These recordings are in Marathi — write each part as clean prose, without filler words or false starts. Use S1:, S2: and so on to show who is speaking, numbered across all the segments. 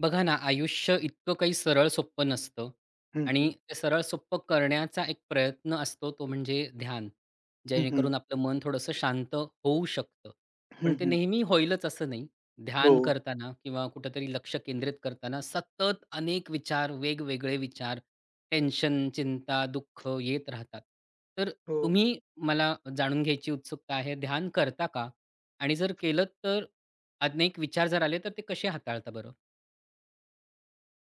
S1: बघा ना, आयुष्य इतकं काही सरळ सोप्पं नसतं
S2: हं, हं.
S1: आणि ते सरळ सोप्पं करण्याचा एक प्रयत्न असतो तो म्हणजे ध्यान.
S2: हं, हं.
S1: जेणेकरून आपलं मन थोडंसं शांत होऊ शकतं.
S2: हं,
S1: पण ते
S2: हं.
S1: नेहमी होईलच असं नाही.
S2: हो,
S1: ध्यान करताना किंवा कुठेतरी लक्ष केंद्रित करताना सतत अनेक विचार, वेगवेगळे विचार, टेन्शन, चिंता, दुःख येत राहतात. तर
S2: हो.
S1: तुम्ही मला जाणून घ्यायची उत्सुकता आहे, ध्यान करता का? आणि जर केलंत तर अनेक विचार जर आले तर ते कसे हाताळता बरं?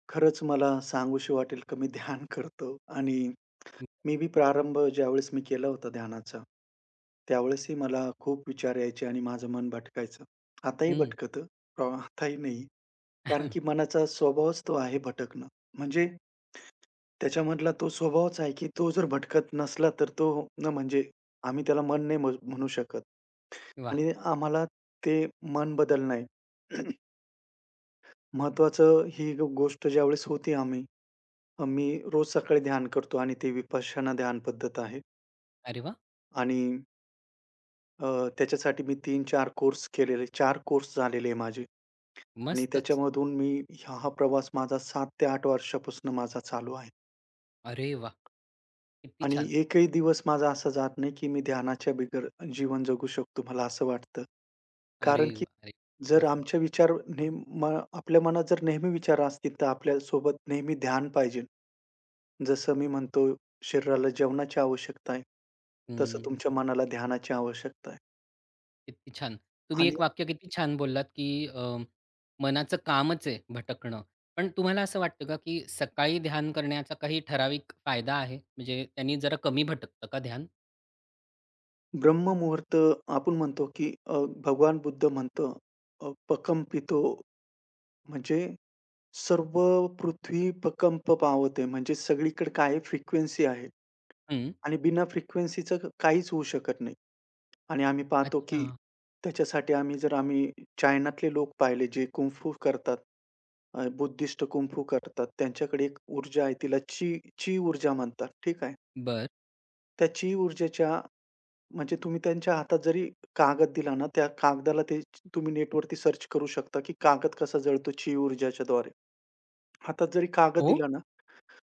S2: खरंच मला सांगूशी वाटेल का? मी ध्यान करतो आणि मी बी प्रारंभ ज्यावेळेस मी केला होता ध्यानाचा, त्यावेळेसही मला खूप विचार यायचे आणि माझं मन भटकायचं. आताही
S1: हं.
S2: भटकतं, आताही नाही. कारण की मनाचा स्वभावच तो आहे भटकणं. म्हणजे त्याच्यामधला तो स्वभावच आहे की तो जर भटकत नसला तर तो म्हणजे आम्ही त्याला मन नाही म्हणू शकत
S1: वाह!
S2: आणि आम्हाला ते मन बदलणं आहे. महत्त्वाचं ही गोष्ट ज्यावेळेस होती आम्ही मी रोज सकाळी ध्यान करतो आणि ते विपश्यना ध्यान पद्धत आहे
S1: अरे वाह!
S2: आणि अ, त्याच्यासाठी मी तीन चार कोर्स केलेले 4 कोर्स झालेले आहे माझे. आणि
S1: मस्तच.
S2: त्याच्यामधून मी हा प्रवास माझा 7 ते 8 वर्षापासून माझा चालू आहे
S1: अरे वाह! किती
S2: आणि
S1: छान.
S2: एकही दिवस माझा असा जात नाही, की मी ध्यानाच्या बिगर जीवन जगू शकतो मला असं वाटतं.
S1: अरे
S2: कारण की
S1: वाह! अरे
S2: जर
S1: मस्त.
S2: आमचे विचार नेम आपल्या मनात जर नेहमी विचार असतील, तर आपल्यासोबत नेहमी ध्यान पाहिजे. जसं मी म्हणतो शरीराला जेवणाची आवश्यकता आहे, तसं
S1: हं,
S2: तुमच्या मनाला ध्यानाची आवश्यकता आहे.
S1: किती छान. तुम्ही
S2: आणि
S1: एक वाक्य किती छान बोललात, की मनाचं कामच आहे भटकणं. पण तुम्हाला असं वाटतं का, की सकाळी ध्यान करण्याचा काही ठराविक फायदा आहे? म्हणजे त्यांनी जरा कमी भटकतं का ध्यान?
S2: ब्रह्ममुहूर्त आपण म्हणतो, की भगवान बुद्ध म्हणतो "प्रकंपितो" म्हणजे सर्व पृथ्वी प्रकंप पावते. म्हणजे सगळीकडे काय आहे? फ्रिक्वेन्सी आहे
S1: हं.
S2: आणि बिना फ्रिक्वेन्सीचं काहीच होऊ शकत नाही. आणि आम्ही पाहतो,
S1: अच्छा.
S2: की त्याच्यासाठी आम्ही चायनातले लोक पाहिले जे कुंग-फू करतात, बुद्धिस्ट कुंग करतात. त्यांच्याकडे एक ऊर्जा आहे तिला ची ची ऊर्जा म्हणतात, ठीक आहे.
S1: बरं.
S2: त्या ची ऊर्जेच्या म्हणजे तुम्ही त्यांच्या हातात जरी कागद दिला ना, त्या कागदाला ते तुम्ही नेटवरती सर्च करू शकता, की कागद कसा जळतो ची ऊर्जाच्याद्वारे. हातात जरी कागद
S1: हो?
S2: दिला ना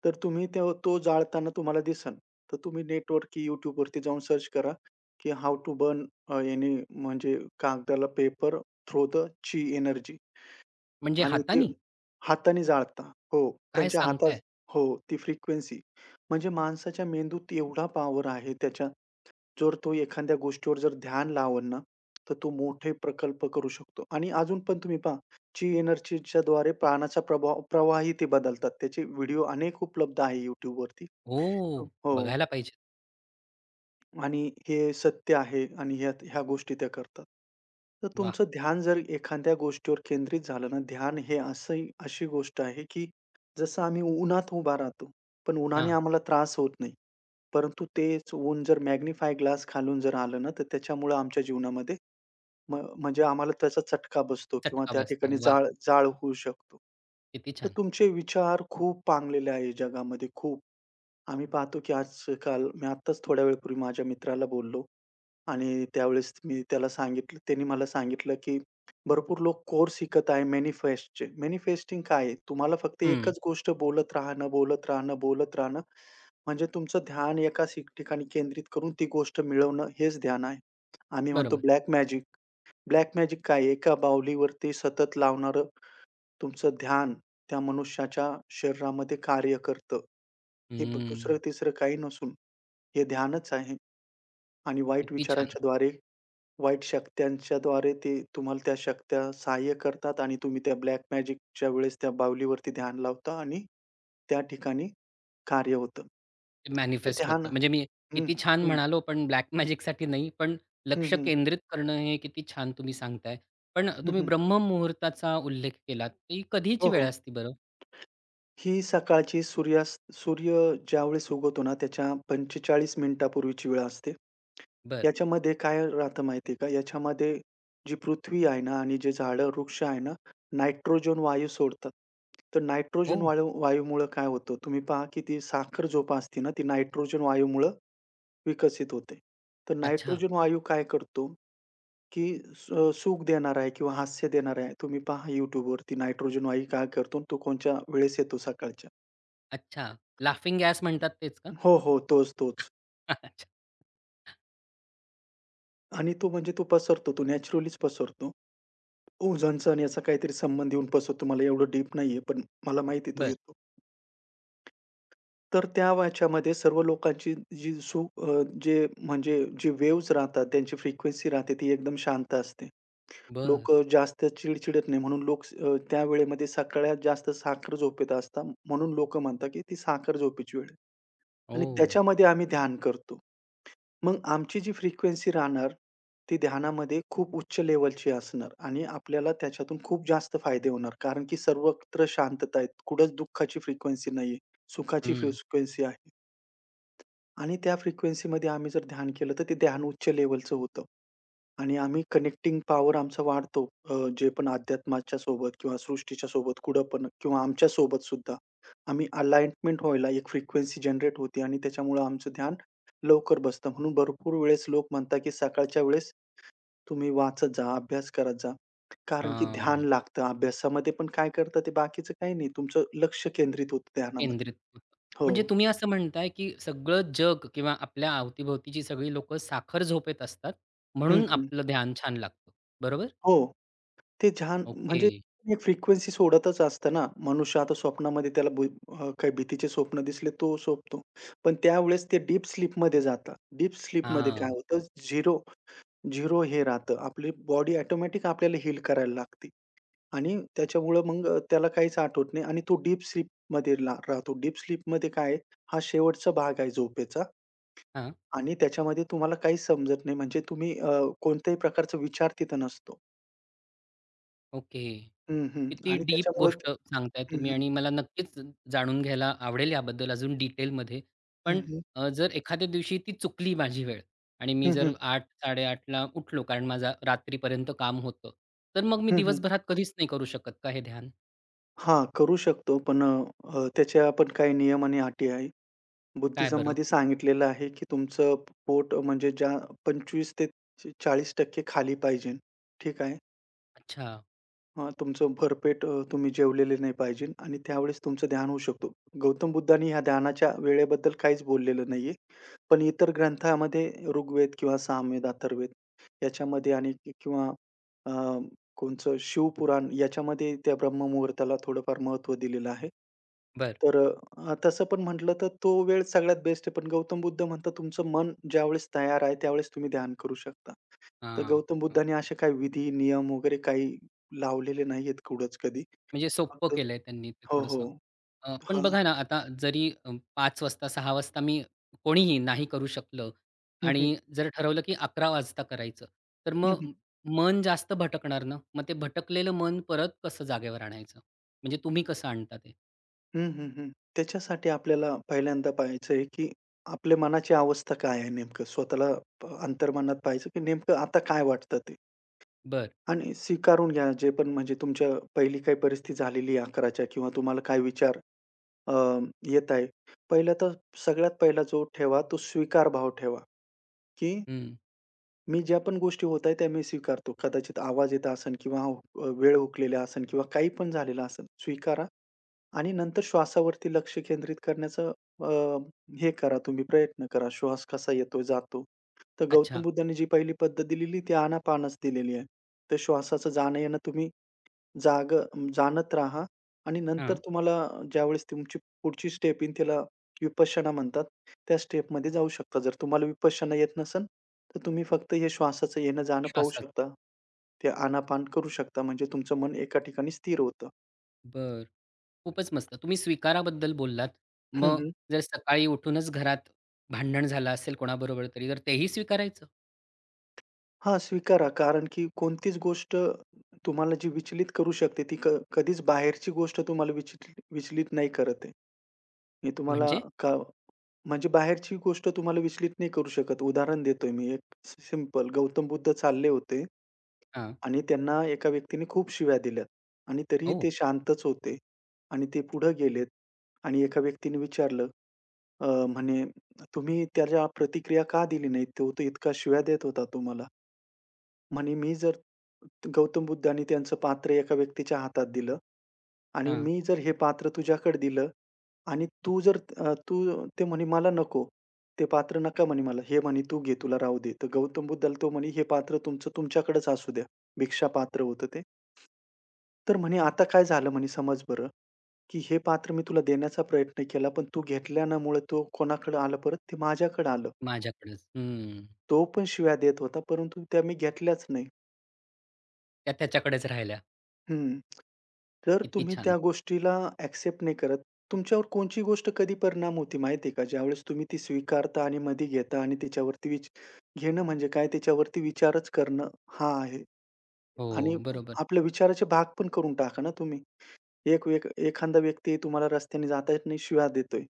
S2: तर तुम्ही तो तो जाळताना तुम्हाला दिसेल. तर तुम्ही नेटवरती YouTubeवरती जाऊन सर्च करा, की हाऊ टू बर्न एनी म्हणजे कागदाला पेपर थ्रू द ची एनर्जी
S1: म्हणजे
S2: आणि ते
S1: हातानी?
S2: हाताने जाळता. हो,
S1: काय
S2: त्यांच्या हातात
S1: सांगताय?
S2: हो, ती फ्रिक्वेन्सी. म्हणजे माणसाच्या मेंदूत एवढा पॉवर आहे त्याच्या जर तो एखाद्या गोष्टीवर जर ध्यान लावल ना, तर तो मोठे प्रकल्प करू शकतो आणि अजून पण तुम्ही पहा, ची एनर्जीच्या द्वारे प्राणाचा प्रभाव प्रवाही ते बदलतात. त्याचे व्हिडिओ अनेक उपलब्ध आहे YouTubeवरती.
S1: ओह!
S2: हो.
S1: बघायला पाहिजे.
S2: आणि हे सत्य आहे आणि ह्या ह्या गोष्टी त्या करतात. तर
S1: वाह!
S2: तुमचं ध्यान जर एखाद्या गोष्टीवर केंद्रित झालं ना, ध्यान हे असंही अशी गोष्ट आहे, की जसं आम्ही उन्हात उभा राहतो, पण उन्हाने
S1: हां.
S2: आम्हाला त्रास होत नाही. परंतु तेच ऊन जर मॅग्निफाय ग्लास खालून जर आलं ना, तर त्याच्यामुळं आमच्या जीवनामध्ये म म्हणजे आम्हाला त्याचा चटका बसतो किंवा
S1: चटका
S2: त्या
S1: बसतो.
S2: ठिकाणी
S1: वाह!
S2: जाळ जाळ होऊ शकतो.
S1: किती
S2: तर
S1: छान.
S2: तुमचे विचार खूप पांगलेले आहे जगामध्ये खूप. आम्ही पाहतो की आजकाल मी आत्ताच थोड्या वेळापूर्वी माझ्या मित्राला बोललो आणि त्यावेळेस मी त्याला सांगितलं त्याने मला सांगितलं की भरपूर लोक कोर्स शिकत आहे मॅनिफेस्टचे. मॅनिफेस्टिंग काय आहे? तुम्हाला फक्त
S1: हं.
S2: एकच गोष्ट बोलत राहणं, बोलत राहणं, बोलत राहणं. म्हणजे तुमचं ध्यान एका ठिकाणी केंद्रित करून ती गोष्ट मिळवणं हेच ध्यान आहे. आम्ही म्हणतो
S1: बरोबर.
S2: Black magic. ब्लॅक मॅजिक काय आहे? एका बाहुलीवरती सतत लावणारं तुमचं ध्यान त्या मनुष्याच्या शरीरामध्ये कार्य करतं. हे
S1: हं.
S2: दुसरं-तिसरं काही नसून हे ध्यानच आहे आणि वाईट
S1: किती छान!
S2: विचारांच्याद्वारे, वाईट शक्त्यांच्याद्वारे ते तुम्हाला त्या शक्त्या सहाय्य करतात आणि तुम्ही त्या ब्लॅक मॅजिकच्या वेळेस त्या बाहुलीवरती ध्यान लावता आणि त्या ठिकाणी कार्य होतं.
S1: ते
S2: तर
S1: मॅनिफेस्ट
S2: ध्यान
S1: होतं. म्हणजे मी
S2: हं,
S1: किती छान
S2: हं,
S1: म्हणालो, पण ब्लॅक मॅजिकसाठी नाही, पण
S2: हं,
S1: लक्ष
S2: हं,
S1: केंद्रित करणं हे किती छान तुम्ही सांगताय. पण
S2: हं,
S1: तुम्ही
S2: हं.
S1: ब्रह्ममुहूर्ताचा उल्लेख केलात. ती
S2: हो,
S1: कधीची वेळ
S2: हो.
S1: असते बरं?
S2: ही सकाळची सूर्यास्त सूर्य ज्यावेळेस उगवतो ना, त्याच्या 45 मिनिटापूर्वीची वेळ असते.
S1: बरं.
S2: याच्यामध्ये काय राहतं माहिती का? याच्यामध्ये जी पृथ्वी आहे ना आणि जे झाडं, वृक्ष आहे ना, नायट्रोजन वायू सोडतात. तर नायट्रोजन
S1: ओह!
S2: वायूमुळं काय होतं? तुम्ही पहा की ती साखर झोप असते ना, ती नायट्रोजन वायूमुळं विकसित होते. तर
S1: अच्छा,
S2: नायट्रोजन वायू काय करतो, की सुख देणारा आहे किंवा हास्य देणारा आहे. तुम्ही पहा YouTubeवरती नायट्रोजन वायू काय करतो तो कोणत्या वेळेस येतो सकाळच्या.
S1: अच्छा. लाफिंग गॅस म्हणतात तेच का?
S2: हो, हो. तोच, तोच.
S1: अच्छा.
S2: आणि तो म्हणजे तो पसरतो. तो नॅचरलीच पसरतो. ओझोनचा आणि याचा काहीतरी संबंध येऊन पसरतो. मला एवढं डीप नाहीये, पण मला माहिती आहे तो
S1: बरं,
S2: येतो. तर त्या वाच्यामध्ये सर्व लोकांची जी जे म्हणजे जे वेव्हज राहतात, त्यांची फ्रिक्वेन्सी राहते ती एकदम शांत असते.
S1: बरं.
S2: लोकं जास्त चिडचिडत नाही म्हणून लोक त्या वेळेमध्ये सगळ्यात जास्त साखर झोपेत असतात. म्हणून लोकं म्हणतात, की ती साखर झोपेची वेळ आहे. आणि
S1: ओह!
S2: त्याच्यामध्ये आम्ही ध्यान करतो. मग आमची जी फ्रिक्वेन्सी राहणार, ती ध्यानामध्ये खूप उच्च लेव्हलची असणार आणि आपल्याला त्याच्यातून खूप जास्त फायदे होणार. कारण की सर्वत्र शांतता आहे. कुठंच दुःखाची फ्रिक्वेन्सी नाहीये. सुखाची
S1: हं.
S2: फ्रिक्वेन्सी आहे. आणि त्या फ्रिक्वेन्सीमध्ये आम्ही जर ध्यान केलं, तर ते ध्यान उच्च लेव्हलचं होतं. आणि आम्ही कनेक्टिंग पॉवर आमचा वाढतो. अ, जे पण अध्यात्माच्या सोबत किंवा सृष्टीच्या सोबत कुठं पण किंवा आमच्या सोबत सुद्धा आम्ही अलाइनमेंट व्हायला एक फ्रिक्वेन्सी जनरेट होते आणि त्याच्यामुळं आमचं ध्यान लवकर बसतं. म्हणून भरपूर वेळेस लोक म्हणतात, की सकाळच्या वेळेस तुम्ही वाचत जा, अभ्यास करत जा. कारण की ध्यान
S1: हां.
S2: लागतं. अभ्यासामध्ये पण काय करतं ते बाकीचं काही नाही. तुमचं लक्ष केंद्रित होतं ध्यानामध्ये.
S1: केंद्रित होतं.
S2: हो.
S1: म्हणजे तुम्ही असं म्हणताय, की सगळं जग किंवा आपल्या अवतीभोवतीची सगळी लोकं साखर झोपेत असतात,
S2: हं,
S1: म्हणून
S2: हं.
S1: आपलं ध्यान छान लागतं. बरोबर?
S2: हो. ते छान
S1: ओके.
S2: म्हणजे एक फ्रिक्वेन्सी सोडतच असतं ना. मनुष्य आता स्वप्नामध्ये त्याला काही भीतीचे स्वप्न दिसले तो झोपतो. पण त्यावेळेस ते डीप स्लीपमध्ये जातात. डीप स्लीपमध्ये काय
S1: हां,
S2: होतं, झिरो झिरो हे राहतं. आपली बॉडी ऑटोमॅटिक आपल्याला हील करायला लागते आणि त्याच्यामुळं मग त्याला काहीच आठवत नाही आणि तो डीप स्लीपमध्ये ला राहतो. डीप स्लीपमध्ये काय आहे, हा शेवटचा भाग आहे झोपेचा
S1: हां,
S2: आणि त्याच्यामध्ये तुम्हाला काहीच समजत नाही. म्हणजे तुम्ही कोणत्याही प्रकारचा विचार तिथं नसतो.
S1: ओके.
S2: हं, हं.
S1: किती
S2: आणि
S1: डीप
S2: त्याच्यामुळे
S1: गोष्ट सांगताय तुम्ही आणि मला नक्कीच जाणून घ्यायला आवडेल याबद्दल अजून डिटेलमध्ये.
S2: हं,
S1: पण
S2: हं.
S1: जर एखाद्या दिवशी ती चुकली माझी वेळ आणि मी
S2: हं,
S1: जर
S2: हं.
S1: 8:00-8:30 ला उठलो कारण माझा रात्रीपर्यंत काम होतं. तर मग मी
S2: हं, हं.
S1: दिवसभरात कधीच नाही करू शकत का हे ध्यान?
S2: हां, करू शकतो. त्याचे आपण काही नियम आणि अटी आहे.
S1: काय बरं?
S2: बुद्धिझममध्ये सांगितलेलं आहे, की तुमचं पोट म्हणजे ज्या 25 ते 40% खाली पाहिजे. ठीक आहे.
S1: अच्छा.
S2: हां, तुमचं भरपेट तुम्ही जेवलेले नाही पाहिजे आणि त्यावेळेस तुमचं ध्यान होऊ शकतो. गौतम बुद्धांनी ह्या ध्यानाच्या वेळेबद्दल काहीच बोललेलं नाहीये. पण इतर ग्रंथामध्ये ऋग्वेद किंवा सामवेद, अथर्ववेद याच्यामध्ये आणि किंवा अ, कोणचं शिवपुराण याच्यामध्ये त्या ब्रह्ममुहूर्ताला थोडंफार महत्त्व दिलेलं आहे.
S1: बरं.
S2: तर तसं पण म्हटलं तर तो वेळ सगळ्यात बेस्ट आहे. पण गौतम बुद्ध म्हणतात, "तुमचं मन ज्यावेळेस तयार आहे, त्यावेळेस तुम्ही ध्यान करू शकता." तर गौतम
S1: हां.
S2: बुद्धांनी असे काही विधी, नियम वगैरे काही लावलेले नाहीयेत कुठंच कधी.
S1: म्हणजे सोप्पं
S2: फक्त
S1: केलंय त्यांनी ते
S2: हो,
S1: थोडंसं.
S2: हो.
S1: पण
S2: हां.
S1: बघा ना, आता जरी 5 वाजता 6 वाजता मी कोणीही नाही करू शकलं
S2: हं, हं.
S1: आणि जर ठरवलं की 11 वाजता करायचं, तर
S2: हं,
S1: मग
S2: हं.
S1: मन जास्त भटकणार ना. मग ते भटकलेलं मन परत कसं जागेवर आणायचं? म्हणजे तुम्ही कसं आणता ते?
S2: हं, हं, हं. त्याच्यासाठी आपल्याला पहिल्यांदा पाहायचं आहे, की आपल्या मनाची अवस्था काय आहे नेमकं? स्वतःला अंतर्मनात पाहायचं, की नेमकं आता काय वाटतं ते?
S1: बर
S2: आणि स्वीकारून घ्या जे पण म्हणजे तुमच्या पहिली काही परिस्थिती झालेली आहे आकाराच्या किंवा तुम्हाला काय विचार अ, येत आहे. पहिलं तर सगळ्यात पहिला जो ठेवा, तो स्वीकार भाव ठेवा, की
S1: हं.
S2: मी ज्या पण गोष्टी होत आहेत, त्या मी स्वीकारतो. कदाचित आवाज येत असेल किंवा हो, वेळ हुकलेली असेल किंवा काही पण झालेलं असेल, स्वीकारा आणि नंतर श्वासावरती लक्ष केंद्रित करण्याचं अ, हे करा तुम्ही प्रयत्न करा. श्वास कसा येतो, जातो. तर गौतम
S1: अच्छा.
S2: बुद्धांनी जी पहिली पद्धत दिलेली, ती आनापानच दिलेली आहे. तर श्वासाचं जाणं-येणं तुम्ही जाग जाणत राहा आणि नंतर
S1: हां.
S2: तुम्हाला ज्यावेळेस तुमची पुढची स्टेप येईल त्याला विपश्यना म्हणतात. त्या स्टेपमध्ये जाऊ शकता. जर तुम्हाला विपश्यना येत नसेल, तर तुम्ही फक्त हे श्वासाचं येणं-जाणं पाहू
S1: श्वासात.
S2: शकता. ते आनापान करू शकता. म्हणजे तुमचं मन एका ठिकाणी स्थिर होतं.
S1: बरं. खूपच मस्त. तुम्ही स्वीकाराबद्दल बोललात.
S2: हं,
S1: मग
S2: हं.
S1: जर सकाळी उठूनच घरात भांडण झालं असेल कोणाबरोबर तरी, तर तेही स्वीकारायचं?
S2: हां, स्वीकारा. कारण की कोणतीच गोष्ट तुम्हाला जी विचलित करू शकते, ती कधीच बाहेरची गोष्ट तुम्हाला विचलित विचलित नाही करत आहे. मी तुम्हाला
S1: म्हणजे?
S2: का म्हणजे बाहेरची गोष्ट तुम्हाला विचलित नाही करू शकत. उदाहरण देतोय मी एक सिंपल गौतम बुद्ध चालले होते
S1: हां.
S2: आणि त्यांना एका व्यक्तीने खूप शिव्या दिल्यात आणि तरीही
S1: ओह!
S2: ते शांतच होते आणि ते पुढे गेलेत आणि एका व्यक्तीने विचारलं अ, म्हणे, "तुम्ही त्याला प्रतिक्रिया का दिली नाही? तो तर इतका शिव्या देत होता तुम्हाला." म्हणे मी जर गौतम बुद्ध आणि त्यांचं पात्र एका व्यक्तीच्या हातात दिलं आणि
S1: हां,
S2: मी जर हे पात्र तुझ्याकडे दिलं आणि तू ते म्हणे मला नको. ते पात्र नका म्हणे मला. हे म्हणे तू घे तुला राहू दे. तर गौतम बुद्धाला तो म्हणे हे पात्र तुमचं तुमच्याकडेच असू द्या. भिक्षा पात्र होतं ते. तर म्हणे आता काय झालं म्हणे समज बरं, की हे पात्र मी तुला देण्याचा प्रयत्न केला पण तू घेतल्यामुळे तो कोणाकडे आलं परत? ते माझ्याकडे आलं.
S1: माझ्याकडेच. हं.
S2: तो पण शिव्या देत होता परंतु त्या मी घेतल्याच नाही.
S1: त्या त्याच्याकडेच राहिल्या.
S2: हं. तर
S1: किती
S2: तुम्ही
S1: छान.
S2: त्या गोष्टीला एक्सेप्ट नाही करत. तुमच्यावर कोणची गोष्ट कधी परिणाम होती माहिती आहे का? ज्यावेळेस तुम्ही ती स्वीकारता आणि मध्ये घेता आणि त्याच्यावरती घेणं म्हणजे काय त्याच्यावरती विचारच करणं हा आहे.
S1: हो,
S2: आणि
S1: बरोबर.
S2: आपल्या विचाराचे भाग पण करून टाका ना तुम्ही. एक व्यक एखादा व्यक्ती तुम्हाला रस्त्याने जाता येत नाही शिव्या देतोय.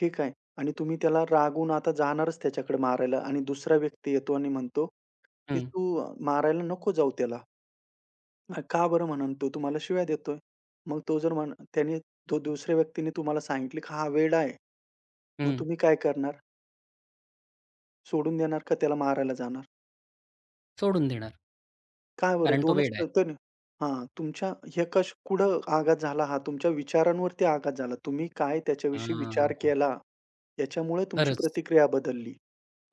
S2: ठीक आहे आणि तुम्ही त्याला रागवून आता जाणारच त्याच्याकडे मारायला आणि दुसरा व्यक्ती येतो आणि म्हणतो, की
S1: हं,
S2: "तू मारायला नको जाऊ त्याला." का बरं म्हणन तो तुम्हाला शिव्या देतोय. मग तो जर म्हण त्याने तो दुसऱ्या व्यक्तीने तुम्हाला सांगितलं की हा वेडा आहे. मग
S1: हं.
S2: तुम्ही काय करणार? सोडून देणार का त्याला मारायला जाणार?
S1: सोडून देणार.
S2: का बरं?
S1: कारण तो
S2: 2च
S1: वेडा आहे.
S2: प्रकरण हां, तुमच्या हे कुठं आघात झाला हा? तुमच्या विचारांवरती आघात झाला. तुम्ही काय त्याच्याविषयी विचार
S1: हां,
S2: केला, याच्यामुळे तुमची
S1: खरंच.
S2: प्रतिक्रिया बदलली.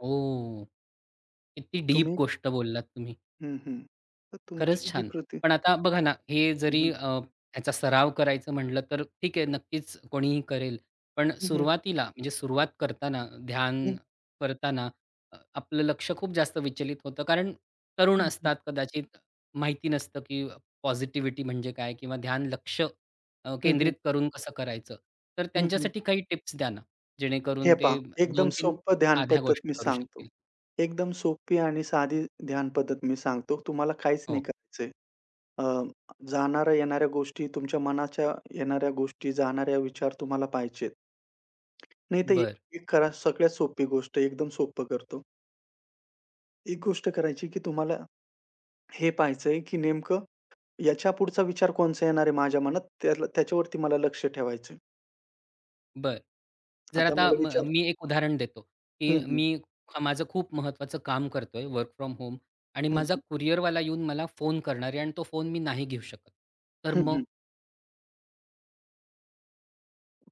S1: हो, किती डीप
S2: तुम्ही
S1: गोष्ट बोललात तुम्ही.
S2: हं, हं. तर
S1: खरंच
S2: तुमची जी
S1: छान.
S2: प्रति
S1: पण आता बघा ना, हे
S2: हं,
S1: जरी
S2: हं.
S1: ह्याचा सराव करायचं म्हटलं, तर ठीक आहे, नक्कीच कोणीही करेल. पण
S2: हं, हं.
S1: सुरुवातीला म्हणजे सुरुवात करताना,
S2: हं,
S1: ध्यान
S2: हं.
S1: करताना आपलं लक्ष खूप जास्त विचलित होतं. कारण तरुण असतात, कदाचित माहिती नसतं, की पॉझिटिव्हिटी म्हणजे काय? किंवा ध्यान लक्ष
S2: हं, हं.
S1: केंद्रित करून कसं करायचं? तर
S2: हं, हं.
S1: त्यांच्यासाठी काही टिप्स द्या ना,
S2: हे
S1: जेणेकरून
S2: पहा,
S1: ते
S2: एकदम
S1: 2-3
S2: सोपं ध्यान
S1: साध्या
S2: पद्धत
S1: गोष्टी
S2: मी
S1: करू
S2: सांगतो.
S1: शकतील.
S2: एकदम सोपी आणि साधी ध्यान पद्धत मी सांगतो. तुम्हाला काहीच नाही
S1: हो,
S2: करायचंय. अ, जाणाऱ्या-येणाऱ्या गोष्टी, तुमच्या मनाच्या येणाऱ्या गोष्टी, जाणाऱ्या विचार तुम्हाला पाहिजेत. नाही तर
S1: बरं.
S2: एक एक करा सगळ्यात सोपी गोष्ट एकदम सोपं करतो. एक गोष्ट करायची, की तुम्हाला हे पाहायचंय, की नेमकं याच्या पुढचा विचार कोणचा येणार आहे माझ्या मनात त्याला त्याच्यावरती मला लक्ष ठेवायचंय.
S1: बरं. जर
S2: आता
S1: आता
S2: मला विचार
S1: मी एक उदाहरण देतो, की
S2: हं, हं.
S1: मी माझं खूप महत्त्वाचं काम करतोय वर्क फ्रॉम होम आणि
S2: हं,
S1: माझा
S2: हं.
S1: कुरिअरवाला येऊन मला फोन करणार आहे आणि तो फोन मी नाही घेऊ शकत. तर
S2: हं,
S1: मग
S2: हं.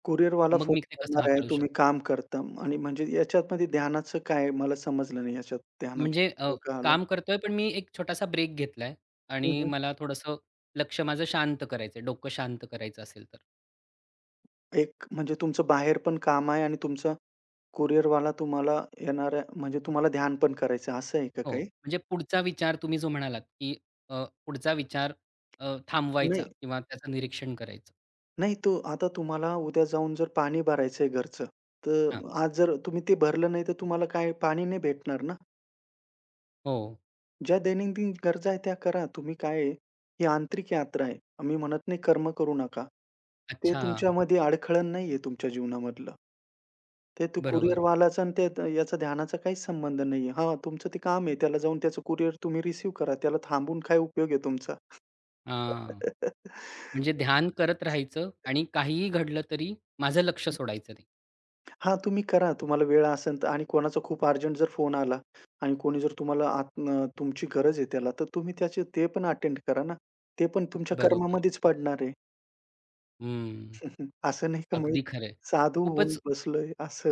S2: कुरिअरवाला
S1: मग
S2: फोन
S1: मी ते कसं
S2: करणार आहे,
S1: हाताळू
S2: तुम्ही
S1: शकतो?
S2: काम करता आणि म्हणजे याच्यामध्ये ध्यानाचं काय आहे? मला समजलं नाही याच्यात ध्यानाचं
S1: म्हणजे
S2: कुठं का आलं?
S1: काम करतोय पण मी एक छोटासा ब्रेक घेतलाय
S2: हं,
S1: आणि
S2: हं.
S1: मला थोडंसं लक्ष माझं शांत करायचंय, डोकं शांत करायचं असेल तर.
S2: एक म्हणजे तुमचं बाहेर पण काम आहे आणि तुमचा कुरिअरवाला तुम्हाला येणाऱ्या म्हणजे तुम्हाला ध्यान पण करायचं आहे, असं आहे का
S1: हो,
S2: काही?
S1: म्हणजे पुढचा विचार तुम्ही जो म्हणालात, की पुढचा विचार थांबवायचा
S2: नाही,
S1: किंवा त्याचं निरीक्षण करायचं.
S2: नाही तो आता तुम्हाला उद्या जाऊन जर पाणी भरायचं घरचं,
S1: हां.
S2: तर आज जर तुम्ही ते भरलं नाही, तर तुम्हाला काय पाणी नाही भेटणार ना.
S1: हो.
S2: ज्या दैनंदिन गरजा आहेत त्या करा. तुम्ही काय आहे, ही आंतरिक यात्रा आहे. आम्ही म्हणत नाही कर्म करू नका. ते
S1: अच्छा.
S2: तुमच्यामध्ये अडखळण नाहीये तुमच्या जीवनामधलं. ते तो
S1: बरोबर.
S2: कुरिअरवालाचा आणि याचा ध्यानाचा काहीच संबंध नाहीये. हां, तुमचं ते काम आहे. त्याला जाऊन त्याचं कुरिअर तुम्ही रिसीव्ह करा. त्याला थांबून काय उपयोग आहे तुमचा?
S1: हां, म्हणजे ध्यान करत राहायचं आणि काहीही घडलं तरी माझं लक्ष सोडायचं नाही.
S2: हां, तुम्ही करा. तुम्हाला वेळ असेल तर आणि कोणाचा खूप अर्जंट जर फोन आला आणि कोणी जर तुम्हाला तुमची गरज आहे त्याला, तर तुम्ही त्याचे ते पण अटेंड करा ना. ते पण तुमच्या
S1: बरोबर.
S2: कर्मामध्येच पडणार आहे.
S1: हं,
S2: असं नाही का मग
S1: अगदी खरं आहे.
S2: साधू होऊन
S1: खूपच
S2: बसलोय असं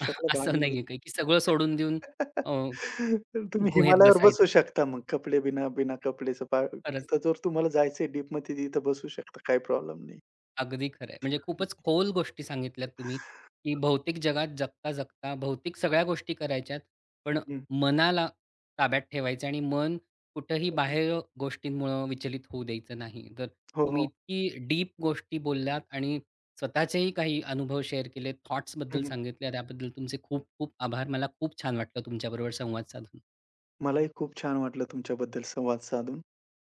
S2: भाग
S1: असं
S2: नाही.
S1: नाहीये काही, की सगळं सोडून देऊन अ,
S2: तर तुम्ही
S1: गुहेत
S2: हिमालयावर बसू
S1: बसायचं.
S2: शकता मग कपडे बिना बिना कपडेचं पा
S1: खरंच.
S2: तिथं जर तुम्हाला जायचंय डीपमध्ये तिथं बसू शकता. काही प्रॉब्लेम नाही.
S1: अगदी खरं आहे. म्हणजे खूपच खोल गोष्टी सांगितल्यात तुम्ही, की भौतिक जगात जगता-जगता भौतिक सगळ्या गोष्टी करायच्यात,
S2: हं,
S1: पण
S2: हं.
S1: मनाला ताब्यात ठेवायचं आणि मन कुठेही बाहेर गोष्टींमुळं विचलित होऊ द्यायचं नाही. तर
S2: हो,
S1: तुम्ही
S2: हो.
S1: इतकी डीप गोष्टी बोललात आणि स्वतःचेही काही अनुभव शेअर केले, थॉट्सबद्दल
S2: हं, हं.
S1: सांगितले. त्याबद्दल तुमचे खूप खूप आभार. मला खूप छान वाटलं तुमच्याबरोबर संवाद साधून.
S2: मलाही खूप छान वाटलं तुमच्याबद्दल संवाद साधून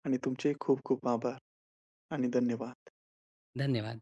S2: आणि तुमचेही खूप खूप आभार आणि धन्यवाद.
S1: धन्यवाद.